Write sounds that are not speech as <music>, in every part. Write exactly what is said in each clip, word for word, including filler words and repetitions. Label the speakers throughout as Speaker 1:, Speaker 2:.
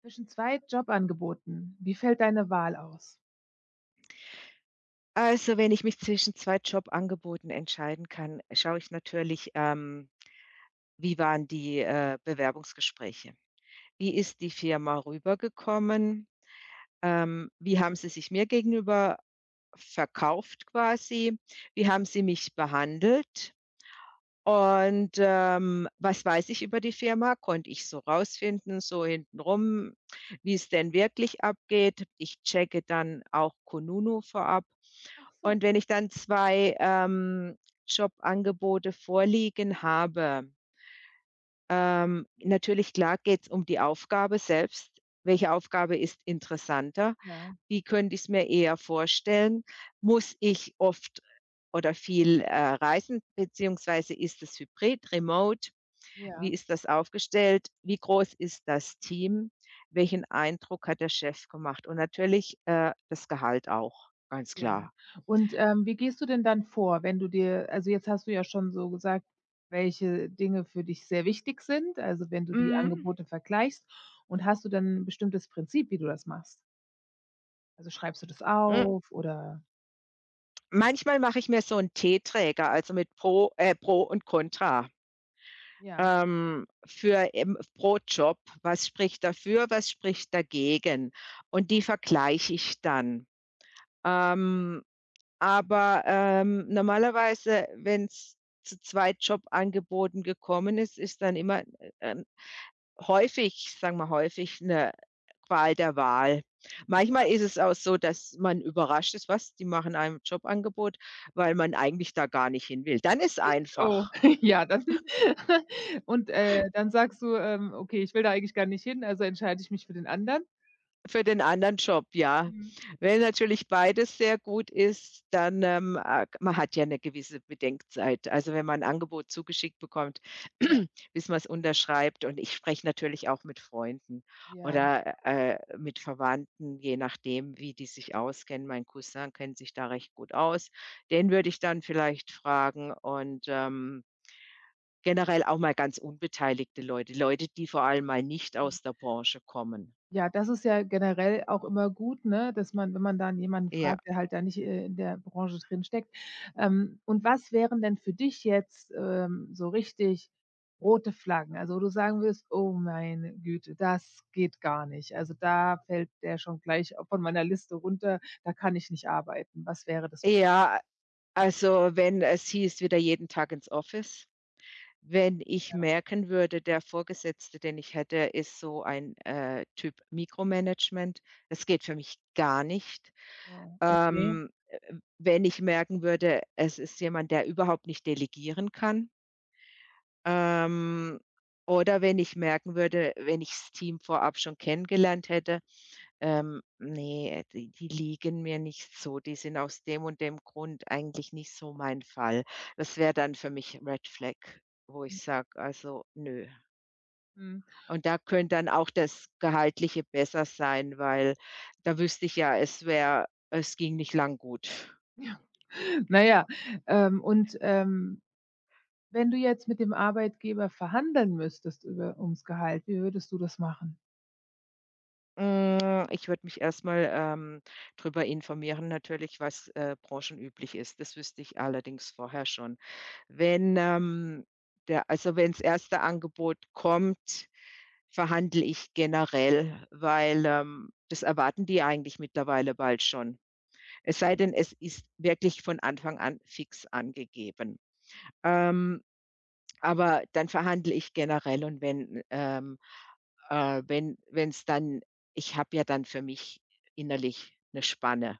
Speaker 1: Zwischen zwei Jobangeboten. Wie fällt deine Wahl aus?
Speaker 2: Also, wenn ich mich zwischen zwei Jobangeboten entscheiden kann, schaue ich natürlich, ähm, wie waren die, äh, Bewerbungsgespräche? Wie ist die Firma rübergekommen? Ähm, wie haben sie sich mir gegenüber verkauft quasi? Wie haben sie mich behandelt? Und, ähm, was weiß ich über die Firma? Konnte ich so rausfinden, so hintenrum, wie es denn wirklich abgeht. Ich checke dann auch Kununu vorab.
Speaker 1: Ach so,
Speaker 2: Und wenn ich dann zwei ähm, Jobangebote vorliegen habe, ähm, natürlich, klar geht es um die Aufgabe selbst. Welche Aufgabe ist interessanter?
Speaker 1: ja,
Speaker 2: Wie könnte ich's mir eher vorstellen? Muss ich oft oder viel, äh, reisen, beziehungsweise ist es hybrid, remote? Wie
Speaker 1: ja,
Speaker 2: ist das aufgestellt? Wie groß ist das Team? Welchen Eindruck hat der Chef gemacht? Und natürlich, äh, das Gehalt auch, ganz
Speaker 1: ja.
Speaker 2: klar.
Speaker 1: Und, ähm, wie gehst du denn dann vor, wenn du dir also, jetzt hast du ja schon so gesagt, welche Dinge für dich sehr wichtig sind, also, wenn du die
Speaker 2: Hm,
Speaker 1: Angebote vergleichst. Und hast du dann 'n bestimmtes Prinzip, wie du das machst? Also, schreibst du das
Speaker 2: hm,
Speaker 1: auf oder
Speaker 2: manchmal mache ich mir so 'n Teeträger, also mit Pro äh, Pro und Contra.
Speaker 1: ja,
Speaker 2: Ähm, für im pro Job. Was spricht dafür, was spricht dagegen? Und die vergleiche ich dann. Ähm, aber, ähm, normalerweise, wenn es zu zwei Jobangeboten gekommen ist, ist dann immer, äh, ähm, häufig sagen wir häufig eine Qual der Wahl. Manchmal ist es auch so, dass man überrascht ist: „Was, die machen einem Jobangebot“, weil man eigentlich da gar nicht hin will. Dann ist
Speaker 1: echt? Oh,
Speaker 2: einfach.
Speaker 1: <laughs> ja, dann <laughs> und, äh, dann sagst du, ähm: „Okay, ich will da eigentlich gar nicht hin, also entscheide ich mich für den anderen?“
Speaker 2: Für den anderen Job, ja.
Speaker 1: Mhm.
Speaker 2: Wenn natürlich beides sehr gut ist, dann, ähm, äh, man hat ja eine gewisse Bedenkzeit. Also, wenn man ein Angebot zugeschickt bekommt, <clears throat>
Speaker 1: Ja,
Speaker 2: <laughs> bis man es unterschreibt, und ich spreche natürlich auch mit Freunden
Speaker 1: ja.
Speaker 2: oder, äh, mit Verwandten, je nachdem, wie die sich auskennen. Mein Cousin kennt sich da recht gut aus. Den würde ich dann vielleicht fragen und, ähm, generell auch mal ganz unbeteiligte Leute, Leute, die vor allem mal nicht
Speaker 1: Mhm.
Speaker 2: aus der Branche kommen.
Speaker 1: Ja, das ist ja generell auch immer gut, ne, dass man wenn man dann jemanden
Speaker 2: Ja.
Speaker 1: fragt, der halt da nicht, äh, in der Branche drinsteckt. Ähm, und was wären denn für dich jetzt, ähm, so richtig rote Flaggen? Also, wo du sagen würdest: „Oh meine Güte, das geht gar nicht. Also, da fällt der schon gleich au von meiner Liste runter, da kann ich nicht arbeiten.“ Was wäre das? Für-
Speaker 2: Ja, also, wenn es hieß wieder jeden Tag ins Office, wenn ich merken würde, der Vorgesetzte, den ich hätte, ist so ein, äh, Typ Mikromanagement. Das geht für mich gar nicht.
Speaker 1: Ah, okay.
Speaker 2: Ähm, wenn ich merken würde, es ist jemand, der überhaupt nicht delegieren kann, ähm, oder wenn ich merken würde, wenn ich das Team vorab schon kennengelernt hätte, ähm, ne, die die liegen mir nicht so. Die sind aus dem und dem Grund eigentlich nicht so mein Fall. Das wäre dann für mich Red Flag, wo ich
Speaker 1: Ja,
Speaker 2: sage, also nö.
Speaker 1: mhm.
Speaker 2: Und da könnte dann auch das Gehaltliche besser sein, weil da wüsste ich ja, es wäre es ging nicht lang gut.
Speaker 1: Na ja, ähm, und, ähm Wenn du jetzt mit dem Arbeitgeber verhandeln müsstest über ums Gehalt, wie würdest du das machen?
Speaker 2: Hm, ich würde mich erst mal, ähm, drüber informieren natürlich, was, äh, branchenüblich ist. Das wüsste ich allerdings vorher schon. Wenn, ähm, der also, wenn's erste Angebot kommt, verhandle ich generell, weil, ähm, das erwarten die eigentlich mittlerweile bald schon. Es sei
Speaker 1: Ja.
Speaker 2: denn, es ist wirklich von Anfang an fix angegeben. Ähm aber dann verhandle ich generell, und wenn, ähm, äh wenn es dann, ich habe ja dann für mich innerlich eine Spanne.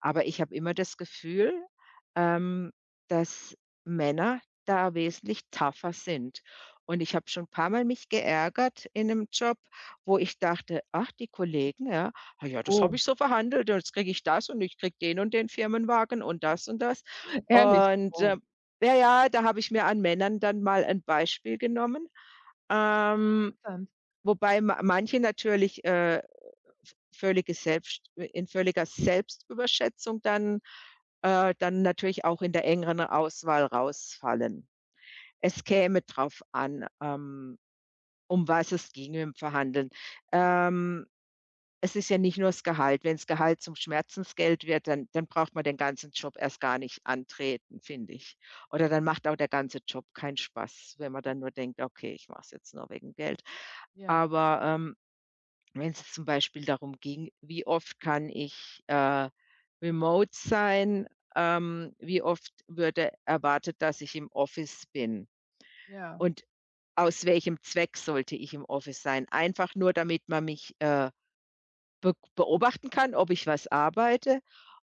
Speaker 2: Aber ich habe immer das Gefühl, ähm, dass Männer da wesentlich tougher sind. Und ich habe schon ein paar mal mich geärgert in einem Job, wo ich dachte: „Ach, die Kollegen, ja, ah ja, das
Speaker 1: Oh,
Speaker 2: habe ich so verhandelt, und jetzt kriege ich das und ich kriege den und den Firmenwagen und das und das.“
Speaker 1: ehrlich?
Speaker 2: Und,
Speaker 1: Oh,
Speaker 2: äh, na ja, da habe ich mir an Männern dann mal ein Beispiel genommen, ähm,
Speaker 1: interessant.
Speaker 2: wobei ma manche natürlich, äh, völlige Selbst in völliger Selbstüberschätzung dann äh, dann natürlich auch in der engeren Auswahl rausfallen. Es käme drauf an, ähm, um was es ginge im Verhandeln. Ähm es ist ja nicht nur das Gehalt. Wenn das Gehalt zum Schmerzensgeld wird, dann, dann braucht man den ganzen Job erst gar nicht antreten, finde ich. Oder dann macht auch der ganze Job keinen Spaß, wenn man dann nur denkt, okay, ich mache es jetzt nur wegen Geld.
Speaker 1: Ja,
Speaker 2: Aber ähm, wenn es zum Beispiel darum ging, wie oft kann ich äh, remote sein, ähm, wie oft würde erwartet, dass ich im Office bin
Speaker 1: ja,
Speaker 2: und aus welchem Zweck sollte ich im Office sein? Einfach nur, damit man mich äh, be beobachten kann, ob ich was arbeite.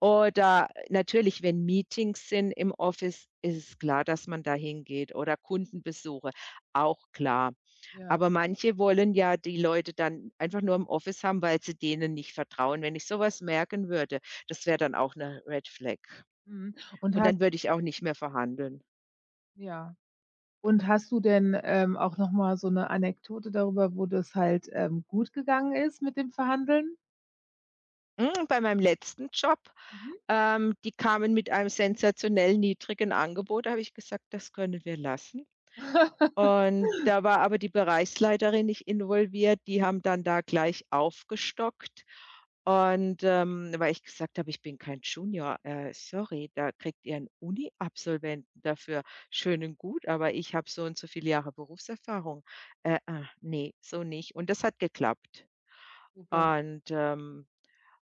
Speaker 2: Oder natürlich, wenn Meetings sind im Office, ist es klar, dass man da hingeht, oder Kundenbesuche, auch klar.
Speaker 1: ja.
Speaker 2: Aber manche wollen ja die Leute dann einfach nur im Office haben, weil sie denen nicht vertrauen. Wenn ich sowas merken würde, das wäre dann auch eine Red Flag.
Speaker 1: Mhm. Und
Speaker 2: Und
Speaker 1: hast
Speaker 2: dann würde ich auch nicht mehr verhandeln.
Speaker 1: ja. Und hast du denn, ähm, auch noch mal so 'ne Anekdote darüber, wo das halt, ähm, gut gegangen ist mit dem Verhandeln?
Speaker 2: Hm, bei meinem letzten Job,
Speaker 1: Mhm.
Speaker 2: ähm, die kamen mit einem sensationell niedrigen Angebot, da habe ich gesagt: „Das können wir lassen.“
Speaker 1: <laughs>
Speaker 2: Und da war aber die Bereichsleiterin nicht involviert. Die haben dann da gleich aufgestockt. Und, ähm, weil ich gesagt habe: „Ich bin kein Junior, äh, sorry, da kriegt ihr einen Uni-Absolventen dafür. Schön und gut, aber ich habe so und so viele Jahre Berufserfahrung. Äh, äh, ne, so nicht.“ Und das hat geklappt.
Speaker 1: Super.
Speaker 2: Und, ähm,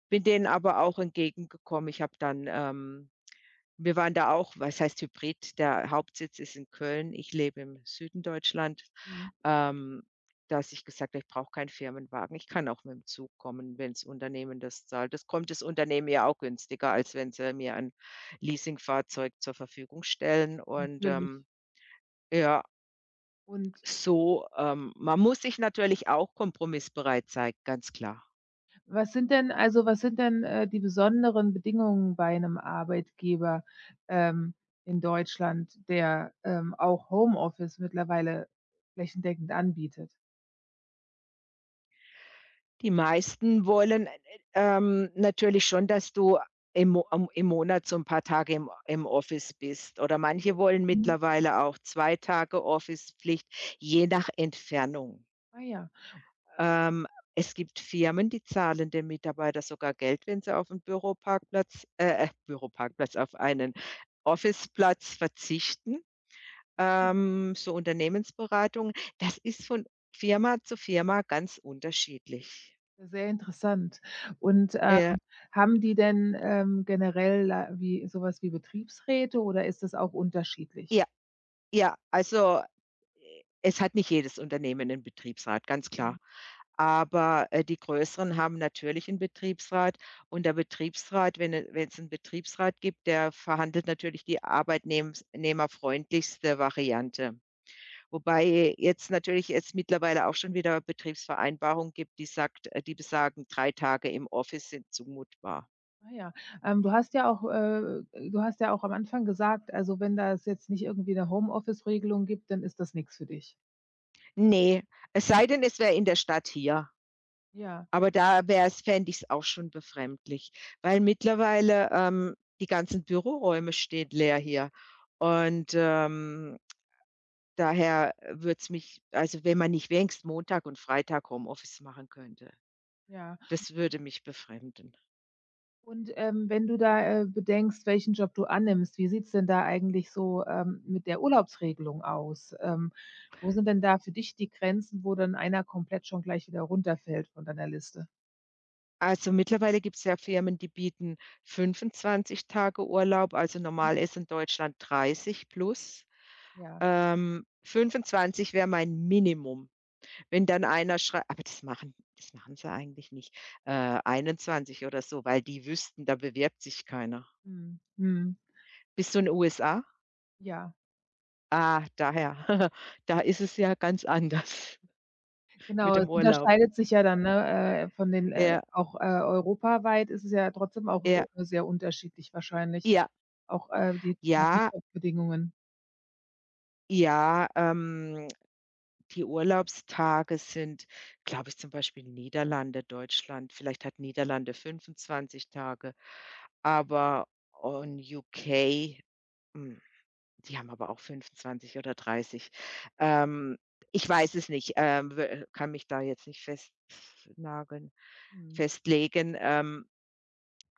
Speaker 2: bin denen aber auch entgegengekommen. Ich habe dann, ähm wir waren da auch, was heißt Hybrid? Der Hauptsitz ist in Köln. Ich lebe im Süden Deutschland,
Speaker 1: Mhm.
Speaker 2: ähm, dass ich gesagt habe: „Ich brauche keinen Firmenwagen. Ich kann auch mit dem Zug kommen, wenn das Unternehmen das zahlt.“ Das kommt das Unternehmen ja auch günstiger, als wenn sie mir ein Leasingfahrzeug zur Verfügung stellen. Und,
Speaker 1: Natürlich.
Speaker 2: ähm, ja,
Speaker 1: Und
Speaker 2: so, ähm man muss sich natürlich auch kompromissbereit zeigen, ganz klar.
Speaker 1: was sind denn also, was sind denn, äh, die besonderen Bedingungen bei einem Arbeitgeber, ähm, in Deutschland, der, ähm, auch Homeoffice mittlerweile flächendeckend anbietet?
Speaker 2: Die meisten wollen, äh, ähm, natürlich schon, dass du im Mo am im Monat so ein paar Tage im im Office bist, oder manche
Speaker 1: So.
Speaker 2: wollen
Speaker 1: Mhm. Mhm.
Speaker 2: mittlerweile auch zwei Tage Office-Pflicht, je nach Entfernung.
Speaker 1: Ah ja,
Speaker 2: Ähm, es gibt Firmen, die zahlen den Mitarbeiter sogar Geld, wenn sie auf 'n Büroparkplatz äh, äh, Büroparkplatz, auf einen Officeplatz verzichten,
Speaker 1: ja.
Speaker 2: ähm, so Unternehmensberatung. Das ist von Firma zu Firma ganz unterschiedlich.
Speaker 1: Sehr interessant. Und, ähm,
Speaker 2: Äh,
Speaker 1: haben die denn, ähm, generell la wie sowas wie Betriebsräte oder ist das auch unterschiedlich?
Speaker 2: ja. Ja, also, e es hat nicht jedes Unternehmen einen Betriebsrat, ganz klar. Aber, äh, die größeren haben natürlich einen Betriebsrat, und der Betriebsrat, wenn es einen Betriebsrat gibt, der verhandelt natürlich die Arbeitnehmerfreundlichste Variante. Wobei jetzt natürlich es mittlerweile auch schon wieder Betriebsvereinbarungen gibt, die sagt äh, die besagen, drei Tage im Office sind zumutbar.
Speaker 1: Ah ja, ähm, du hast ja auch äh, du hast ja auch am Anfang gesagt, also, wenn das jetzt nicht irgendwie eine Homeoffice-Regelung gibt, dann ist das nichts für dich.
Speaker 2: Ne, es sei denn, es wäre in der Stadt hier.
Speaker 1: Ja.
Speaker 2: Aber da wäre wär's fände ich es auch schon befremdlich, weil mittlerweile, ähm, die ganzen Büroräume stehen leer hier. Und, ähm, daher würde es mich, also, wenn man nicht wenigstens Montag und Freitag Homeoffice machen könnte,
Speaker 1: Ja,
Speaker 2: das würde mich befremden.
Speaker 1: und, ähm, wenn du da, äh, bedenkst, welchen Job du annimmst, wie sieht's denn da eigentlich so, ähm, mit der Urlaubsregelung aus? Ähm, wo sind denn da für dich die Grenzen, wo dann einer komplett schon gleich wieder runterfällt von deiner Liste?
Speaker 2: Also, mittlerweile gibt es ja Firmen, die bieten fünfundzwanzig Tage Urlaub, also
Speaker 1: Mhm.
Speaker 2: normal ist in Deutschland dreißig plus.
Speaker 1: Ja,
Speaker 2: Ähm, fünfundzwanzig wäre mein Minimum. Wenn dann einer schreibt, aber das machen das machen sie eigentlich nicht, äh, einundzwanzig oder so, weil die wüssten, da bewirbt sich keiner.
Speaker 1: mhm, mhm,
Speaker 2: Bist du in U S A?
Speaker 1: ja,
Speaker 2: Ah, daher. <laughs> Da ist es ja ganz anders <laughs> mit
Speaker 1: genau.
Speaker 2: dem
Speaker 1: Es
Speaker 2: Urlaub.
Speaker 1: unterscheidet sich ja dann, ne, äh, von den, äh
Speaker 2: Ja,
Speaker 1: auch, äh, europaweit ist es ja trotzdem auch
Speaker 2: ja,
Speaker 1: u sehr unterschiedlich wahrscheinlich,
Speaker 2: ja,
Speaker 1: auch, äh, die
Speaker 2: ja,
Speaker 1: Tarifbedingungen.
Speaker 2: ja, ähm, die Urlaubstage sind, glaube ich, zum Beispiel Niederlande, Deutschland. Vielleicht hat Niederlande fünfundzwanzig Tage, aber oh, in U K, hm die haben aber auch fünfundzwanzig oder dreißig. Ähm, ich weiß es nicht, ähm, w kann mich da jetzt nicht festnageln
Speaker 1: Mhm.
Speaker 2: festlegen, ähm,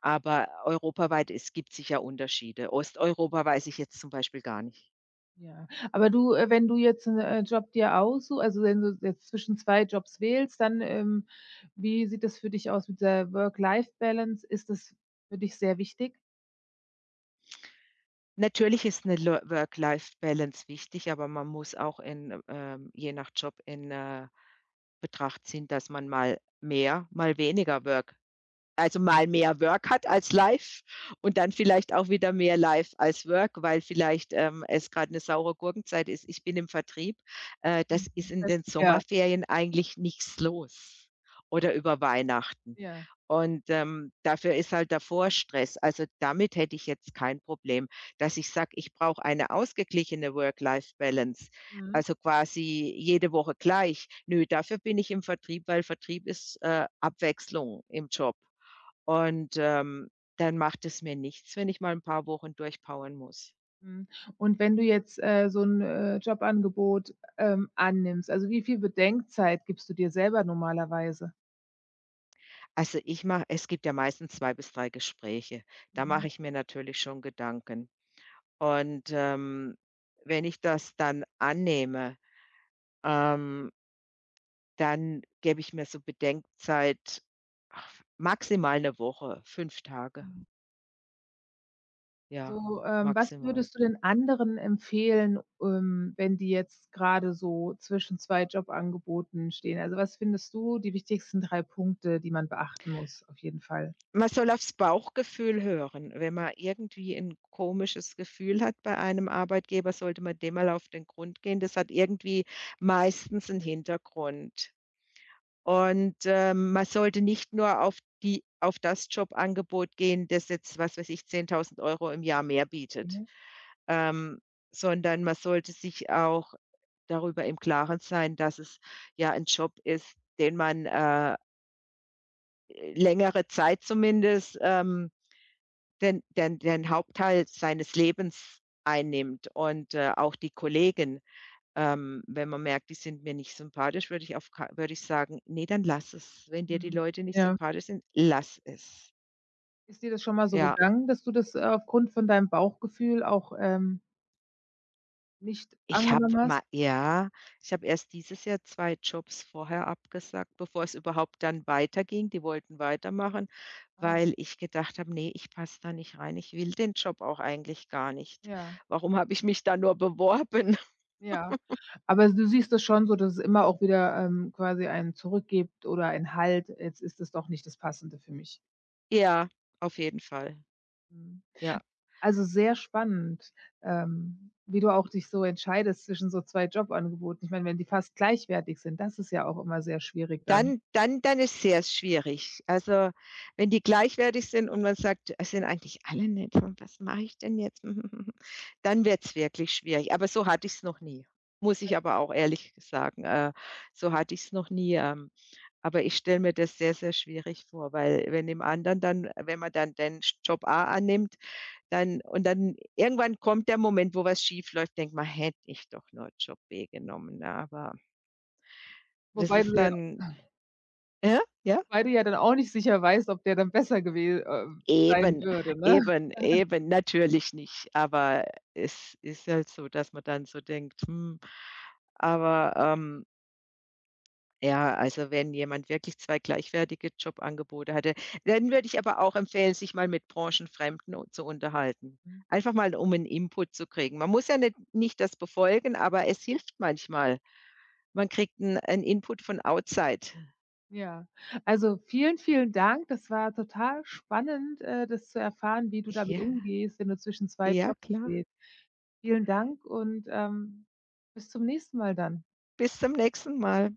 Speaker 2: aber europaweit es gibt sicher Unterschiede. Osteuropa weiß ich jetzt zum Beispiel gar nicht.
Speaker 1: Ja, aber du, äh, wenn du jetzt einen äh, Job dir aussuchst, also, wenn du jetzt zwischen zwei Jobs wählst, dann, ähm, wie sieht das für dich aus mit der Work-Life-Balance? Ist das für dich sehr wichtig?
Speaker 2: Natürlich ist eine Lo Work-Life-Balance wichtig, aber man muss auch in ähm, je nach Job in, äh, Betracht ziehen, dass man mal mehr, mal weniger Work, also mal mehr Work hat als live, und dann vielleicht auch wieder mehr live als Work, weil vielleicht ähm, es gerade eine saure Gurkenzeit ist. Ich bin im Vertrieb. Äh, das
Speaker 1: Mhm,
Speaker 2: ist in
Speaker 1: verst
Speaker 2: den
Speaker 1: ja,
Speaker 2: Sommerferien eigentlich nichts los oder über Weihnachten.
Speaker 1: ja.
Speaker 2: Und ähm, dafür ist halt davor Stress. Also damit hätte ich jetzt kein Problem, dass ich sage, ich brauche eine ausgeglichene Work-Life-Balance.
Speaker 1: Mhm,
Speaker 2: Also quasi jede Woche gleich. Nö, dafür bin ich im Vertrieb, weil Vertrieb ist äh, Abwechslung im Job. Und, ähm, dann macht es mir nichts, wenn ich mal ein paar Wochen durchpowern muss.
Speaker 1: mhm. Und wenn du jetzt, äh, so ein äh, Jobangebot, ähm, annimmst, also, wie viel Bedenkzeit gibst du dir selber normalerweise?
Speaker 2: Also, ich mache es gibt ja meistens zwei bis drei Gespräche. Da mache
Speaker 1: Mhm,
Speaker 2: ich mir natürlich schon Gedanken. Und, ähm, wenn ich das dann annehme, ähm, dann gebe ich mir so Bedenkzeit, ach, maximal eine Woche, fünf Tage,
Speaker 1: mhm.
Speaker 2: ja,
Speaker 1: So, ähm, was
Speaker 2: maximal.
Speaker 1: würdest du den anderen empfehlen, ähm, wenn die jetzt gerade so zwischen zwei Jobangeboten stehen? Also, was findest du die wichtigsten drei Punkte, die man beachten muss auf jeden Fall?
Speaker 2: Man soll aufs Bauchgefühl hören. Wenn man irgendwie ein komisches Gefühl hat bei einem Arbeitgeber, sollte man dem mal auf den Grund gehen. Das hat irgendwie meistens einen Hintergrund. Und, ähm, man sollte nicht nur auf die auf das Jobangebot gehen, das jetzt, was weiß ich, zehntausend Euro im Jahr mehr bietet,
Speaker 1: Mhm.
Speaker 2: ähm, sondern man sollte sich auch darüber im Klaren sein, dass es ja ein Job ist, den man, äh, längere Zeit zumindest, ähm den, den, den Hauptteil seines Lebens einnimmt. Und äh, auch die Kollegen, ähm, wenn man merkt, die sind mir nicht sympathisch, würde ich, auf, ka- würde ich sagen, nee, dann lass es. Wenn dir die
Speaker 1: Mhm.
Speaker 2: Leute nicht
Speaker 1: Ja.
Speaker 2: sympathisch sind, lass es.
Speaker 1: Ist dir das schon mal so
Speaker 2: Ja,
Speaker 1: gegangen, dass du das äh, aufgrund von deinem Bauchgefühl auch, ähm, nicht
Speaker 2: ich habe
Speaker 1: angenommen
Speaker 2: mal,
Speaker 1: hast?
Speaker 2: ja, ich habe erst dieses Jahr zwei Jobs vorher abgesagt, bevor es überhaupt dann weiterging. Die wollten weitermachen,
Speaker 1: Ah,
Speaker 2: weil ich gedacht habe, nee, ich passe da nicht rein. Ich will den Job auch eigentlich gar nicht.
Speaker 1: ja,
Speaker 2: Warum habe ich mich da nur beworben?
Speaker 1: ja. Aber du siehst das schon so, dass es immer auch wieder, ähm, quasi einen Zurück gibt oder einen Halt: „Jetzt ist es doch nicht das Passende für mich.“
Speaker 2: Ja, auf jeden Fall.
Speaker 1: Mhm.
Speaker 2: Ja.
Speaker 1: Also, sehr spannend, ähm, wie du auch dich so entscheidest zwischen so zwei Jobangeboten. Ich meine, wenn die fast gleichwertig sind, das ist ja auch immer sehr schwierig dann.
Speaker 2: Dann dann dann ist sehr schwierig. Also, wenn die gleichwertig sind und man sagt: „Es sind eigentlich alle nett, hm, was mache ich denn jetzt?“ <laughs> Dann wird's wirklich schwierig. Aber so hatte ich's noch nie, muss ich aber auch ehrlich sagen. Äh, so hatte ich's noch nie, ähm, aber ich stelle mir das sehr, sehr schwierig vor, weil wenn dem anderen dann wenn man dann den Job A annimmt, dann und dann irgendwann kommt der Moment, wo was schiefläuft, denkt man: „Hätte ich doch nur Job B genommen“, aber das
Speaker 1: Wobei
Speaker 2: ist
Speaker 1: du ja
Speaker 2: dann, ja, ja,
Speaker 1: Wobei du ja dann auch nicht sicher weißt, ob der dann besser gewe äh, sein
Speaker 2: eben,
Speaker 1: würde, ne?
Speaker 2: eben, eben, natürlich nicht. Aber es ist halt so, dass man dann so denkt: „Hm.“ Aber, ähm, ja, also, wenn jemand wirklich zwei gleichwertige Jobangebote hatte, dann würde ich aber auch empfehlen, sich mal mit Branchenfremden u zu unterhalten.
Speaker 1: Mhm.
Speaker 2: Einfach mal, um einen Input zu kriegen. Man muss ja nicht nicht das befolgen, aber es hilft manchmal. Man kriegt einen 'n Input von outside.
Speaker 1: Ja. Also, vielen, vielen Dank. Das war total spannend, äh, das zu erfahren, wie du damit
Speaker 2: Ja,
Speaker 1: umgehst, wenn du zwischen zwei
Speaker 2: ja,
Speaker 1: Jobs
Speaker 2: klar.
Speaker 1: stehst. Vielen Dank und, ähm, bis zum nächsten Mal dann.
Speaker 2: Bis zum nächsten Mal.